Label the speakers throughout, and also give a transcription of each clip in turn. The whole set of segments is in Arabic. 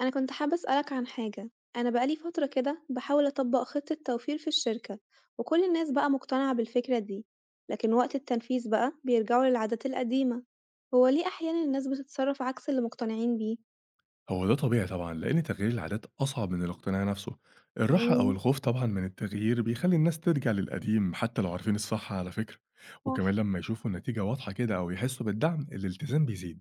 Speaker 1: أنا كنت حابة أسألك عن حاجة، أنا بقى لي فترة كده باحاول أطبّق خطة توفير في الشركة، وكل الناس بقى مقتنعة بالفكرة دي، لكن وقت التنفيذ بقى بيرجعوا للعادات القديمة، هو ليه أحيانًا الناس بتتصرف عكس اللي مقتنعين بيه؟
Speaker 2: هو ده طبيعي طبعًا، لإن تغيير العادات أصعب من الاقتناع نفسه. الراحة أو
Speaker 1: امم،
Speaker 2: الخوف طبعًا من التغيير بيخلّي الناس ترجع للقديم حتى لو عارفين الصح على فكرة، وكمان
Speaker 1: صح،
Speaker 2: لمّا يشوفوا النتيجة واضحة كده أو يحسوا بالدعم، الالتزام بيزيد.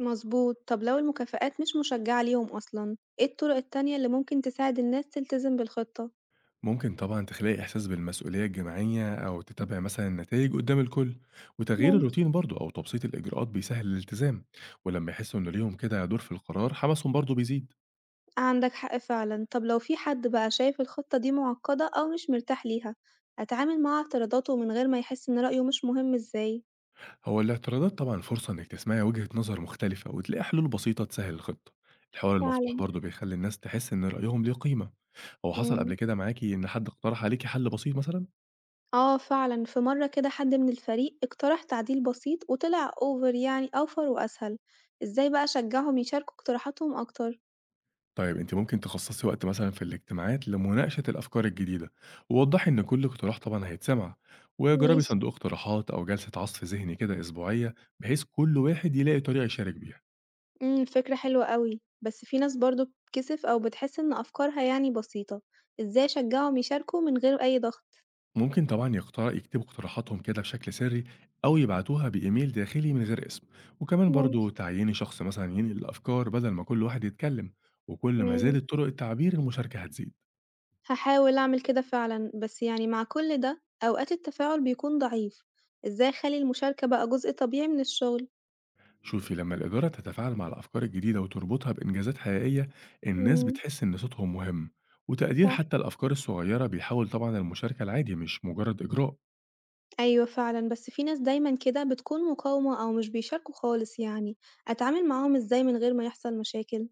Speaker 1: مظبوط، طب لو المكافآت مش مشجعة ليهم أصلًا، إيه الطرق التانية اللي ممكن تساعد الناس تلتزم بالخطة؟
Speaker 2: ممكن طبعًا تخلقي إحساس بالمسؤولية الجماعية أو تتابعي مثلًا النتايج قدّام الكل، وتغيير
Speaker 1: ممكن.
Speaker 2: الروتين برضه أو تبسيط الإجراءات بيسهّل الالتزام، ولمّا يحسوا إن ليهم كده دور في القرار، حماسهم برضه بيزيد.
Speaker 1: عندك حق فعلا، طب لو في حد بقى شايف الخطة دي معقدة أو مش مرتاح ليها أتعامل مع اعتراضاته من غير ما يحس إن رأيه مش مهم إزاي؟
Speaker 2: هو الاعتراضات طبعا فرصة إنك تسمعي وجهة نظر مختلفة وتلاقي حلول بسيطة تسهل الخطة. الحوار المفتوح
Speaker 1: فعلا.
Speaker 2: برضه بيخلي الناس تحس إن رأيهم ليه قيمة. هو حصل
Speaker 1: مم.
Speaker 2: قبل كده معاكي إن حد اقترح عليكي حل بسيط مثلا؟
Speaker 1: اه فعلا، في مرة كده حد من الفريق اقترح تعديل بسيط وطلع اوفر واسهل. ازاي بقى اشجعهم يشاركوا اقتراحاتهم اكتر؟
Speaker 2: طيب أنت ممكن تخصصي وقت مثلا في الاجتماعات لمناقشة الأفكار الجديدة، ووضحي إن كل اقتراح طبعا هيتسمع، وجربي
Speaker 1: ماشي.
Speaker 2: صندوق اقتراحات أو جلسة عصف ذهني كده أسبوعية بحيث كل واحد يلاقي طريقة يشارك بيها.
Speaker 1: فكرة حلوة قوي، بس في ناس برضو بتتكسف او بتحس ان افكارها يعني بسيطة. ازاي اشجعهم يشاركوا من غير اي ضغط؟
Speaker 2: ممكن طبعا يقترح يكتبوا اقتراحاتهم كده بشكل سري أو يبعتوها بإيميل داخلي من غير اسم، وكمان برضو تعيين شخص مثلا ينقل الأفكار بدل ما كل واحد يتكلم، وكل ما
Speaker 1: ممكن.
Speaker 2: زادت طرق التعبير المشاركة هتزيد.
Speaker 1: هاحاول أعمل كده فعلًا، بس يعني مع كل ده أوقات التفاعل بيكون ضعيف، إزاي أخلّي المشاركة بقى جزء طبيعي من الشغل؟
Speaker 2: شوفي لما الإدارة تتفاعل مع الأفكار الجديدة وتربطها بإنجازات حقيقية، الناس
Speaker 1: إمم،
Speaker 2: بتحس إن صوتهم مهم. وتقدير
Speaker 1: صح.
Speaker 2: حتى الأفكار الصغيرة بيحاول طبعا المشاركة العادي مش مجرد إجراء.
Speaker 1: أيوه فعلًا، بس في ناس دايمًا كده بتكون مقاومة أو مش بيشاركوا خالص يعني، أتعامل معاهم إزاي من غير ما يحصل مشاكل؟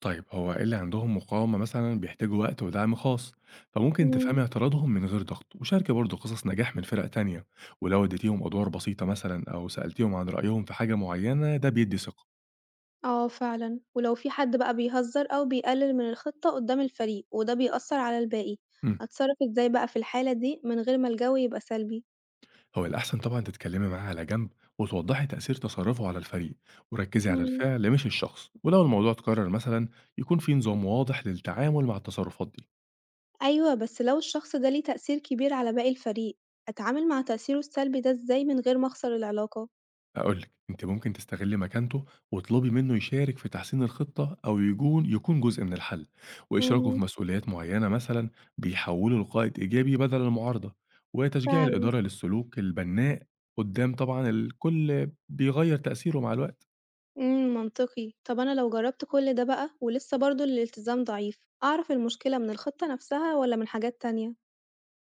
Speaker 2: طيب هو إيه اللي عندهم مقاومة مثلا؟ بيحتاجوا وقت ودعم خاص، فممكن
Speaker 1: إمم.
Speaker 2: تفهمي اعتراضهم من غير ضغط وشاركي برضه قصص نجاح من فرق تانية. ولو اديتيهم أدوار بسيطة مثلا أو سألتيهم عن رأيهم في حاجة معينة ده بيدي ثقة.
Speaker 1: آه فعلًا، ولو في حد بقى بيهزر أو بيقلل من الخطة قدام الفريق وده بيأثر على الباقي،
Speaker 2: مم.
Speaker 1: أتصرف إزاي بقى في الحالة دي من غير ما الجو يبقى سلبي؟
Speaker 2: هو الأحسن طبعا تتكلمي معاه على جنب، وتوضحي تأثير تصرفه على الفريق، وركزي على
Speaker 1: إمم.
Speaker 2: الفعل مش الشخص. ولو الموضوع اتكرر مثلا يكون في نظام واضح للتعامل مع التصرفات دي.
Speaker 1: أيوه، بس لو الشخص ده ليه تأثير كبير على باقي الفريق، أتعامل مع تأثيره السلبي ده إزاي من غير ما أخسر العلاقة؟
Speaker 2: هاقول لِك، أنتِ ممكن تستغلّي مكانته واطلبي منه يشارك في تحسين الخطة أو يجون يكون جزء من الحل، وإشراكه في
Speaker 1: امم.
Speaker 2: مسؤوليات معيّنة مثلًا بيحوّله لقائد إيجابي بدل المعارضة، وتشجيع
Speaker 1: فعلا.
Speaker 2: الإدارة للسلوك البناء قدّام طبعًا الكل بيغيّر تأثيره مع الوقت.
Speaker 1: منطقي، طب أنا لو جربت كل ده بقى ولسه برضه الالتزام ضعيف، أعرف المشكلة من الخطة نفسها ولا من حاجات تانية؟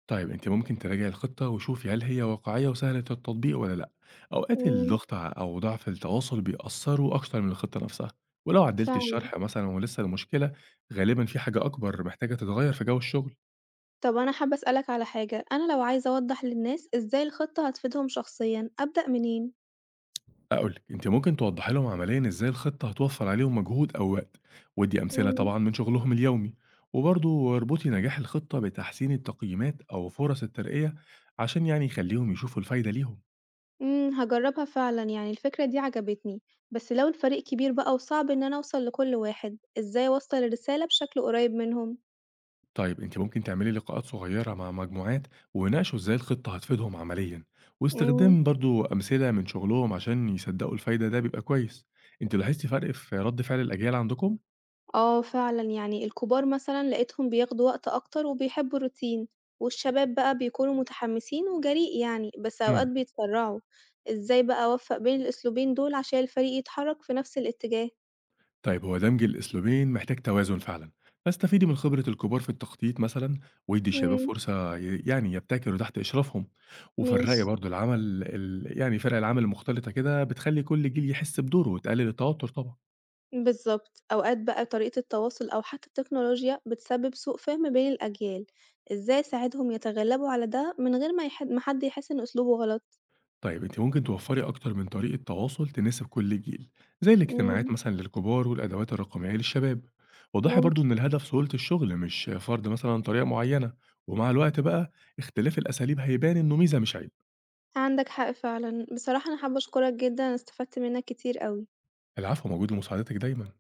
Speaker 2: طيب انت ممكن تراجعي الخطة وشوفي هل هي واقعية وسهلة التطبيق ولا لأ. أوقات
Speaker 1: امم.
Speaker 2: الضغط أو ضعف التواصل بيأثروا أكتر من الخطة نفسها. ولو عدلت
Speaker 1: فعلا.
Speaker 2: الشرح مثلا ولسه المشكلة، غالبا في حاجة أكبر محتاجة تتغير في جو الشغل.
Speaker 1: طب أنا حابة أسألك على حاجة، أنا لو عايزة أوضح للناس إزاي الخطة هتفيدهم شخصيًا، أبدأ منين؟
Speaker 2: أقولك انت ممكن توضحي لهم عمليا ازاي الخطة هتوفر عليهم مجهود أو وقت، ودي أمثلة طبعا من شغلهم اليومي. وبرضه اربطي نجاح الخطة بتحسين التقييمات أو فرص الترقية، عشان يعني يخليهم يشوفوا الفايدة ليهم.
Speaker 1: إمم، هاجرّبها فعلًا، يعني الفكرة دي عجبتني، بس لو الفريق كبير بقى وصعب إن أنا أوصل لكل واحد، إزاي أوصّل الرسالة بشكل قريب منهم؟
Speaker 2: طيب انت ممكن تعملي لقاءات صغيرة مع مجموعات ويناقشوا ازاي الخطة هتفيدهم عمليا،
Speaker 1: إمم.
Speaker 2: واستخدام برضو أمثلة من شغلهم عشان يصدقوا الفايدة ده بيبقى كويس. انت لاحظتي فرق في رد فعل الأجيال عندكم؟
Speaker 1: آه فعلًا، يعني الكبار مثلًا لقيتهم بياخدوا وقت أكتر وبيحبوا الروتين، والشباب بقى بيكونوا متحمسين وجريء يعني، بس أوقات
Speaker 2: امم
Speaker 1: بيتسرعوا، إزاي بقى أوفّق بين الأسلوبين دول عشان الفريق يتحرك في نفس الاتجاه؟
Speaker 2: طيب هو دمج الأسلوبين محتاج توازن فعلا، فاستفيدي من خبرة الكبار في التخطيط مثلا، وادي الشباب
Speaker 1: إمم،
Speaker 2: فرصة يعني يبتكروا تحت إشرافهم.
Speaker 1: ماشي.
Speaker 2: وفرقي برضو العمل يعني فرق العمل المختلطة كده بتخلي كل جيل يحس بدوره وتقلل التوتر طبعا.
Speaker 1: بالظبط، أوقات بقى طريقة التواصل أو حتى التكنولوجيا بتسبب سوء فهم بين الأجيال، إزاي أساعدهم يتغلبوا على ده من غير ما يحد ما حد يحس إن أسلوبه غلط؟
Speaker 2: طيب انت ممكن توفري اكتر من طريقه تواصل تناسب كل جيل، زي
Speaker 1: مم،
Speaker 2: الاجتماعات مثلا للكبار والادوات الرقميه للشباب. وضحي برضو
Speaker 1: ممكن.
Speaker 2: ان الهدف سهوله الشغل مش فرض مثلا طريقه معينه. ومع الوقت بقى اختلاف الاساليب هيبان انه ميزه مش عيب.
Speaker 1: عندك حق فعلا، بصراحة أنا حابة أشكرك جدا، أنا استفدت منك كتير أوي.
Speaker 2: العفو، موجود لمساعدتك دايما.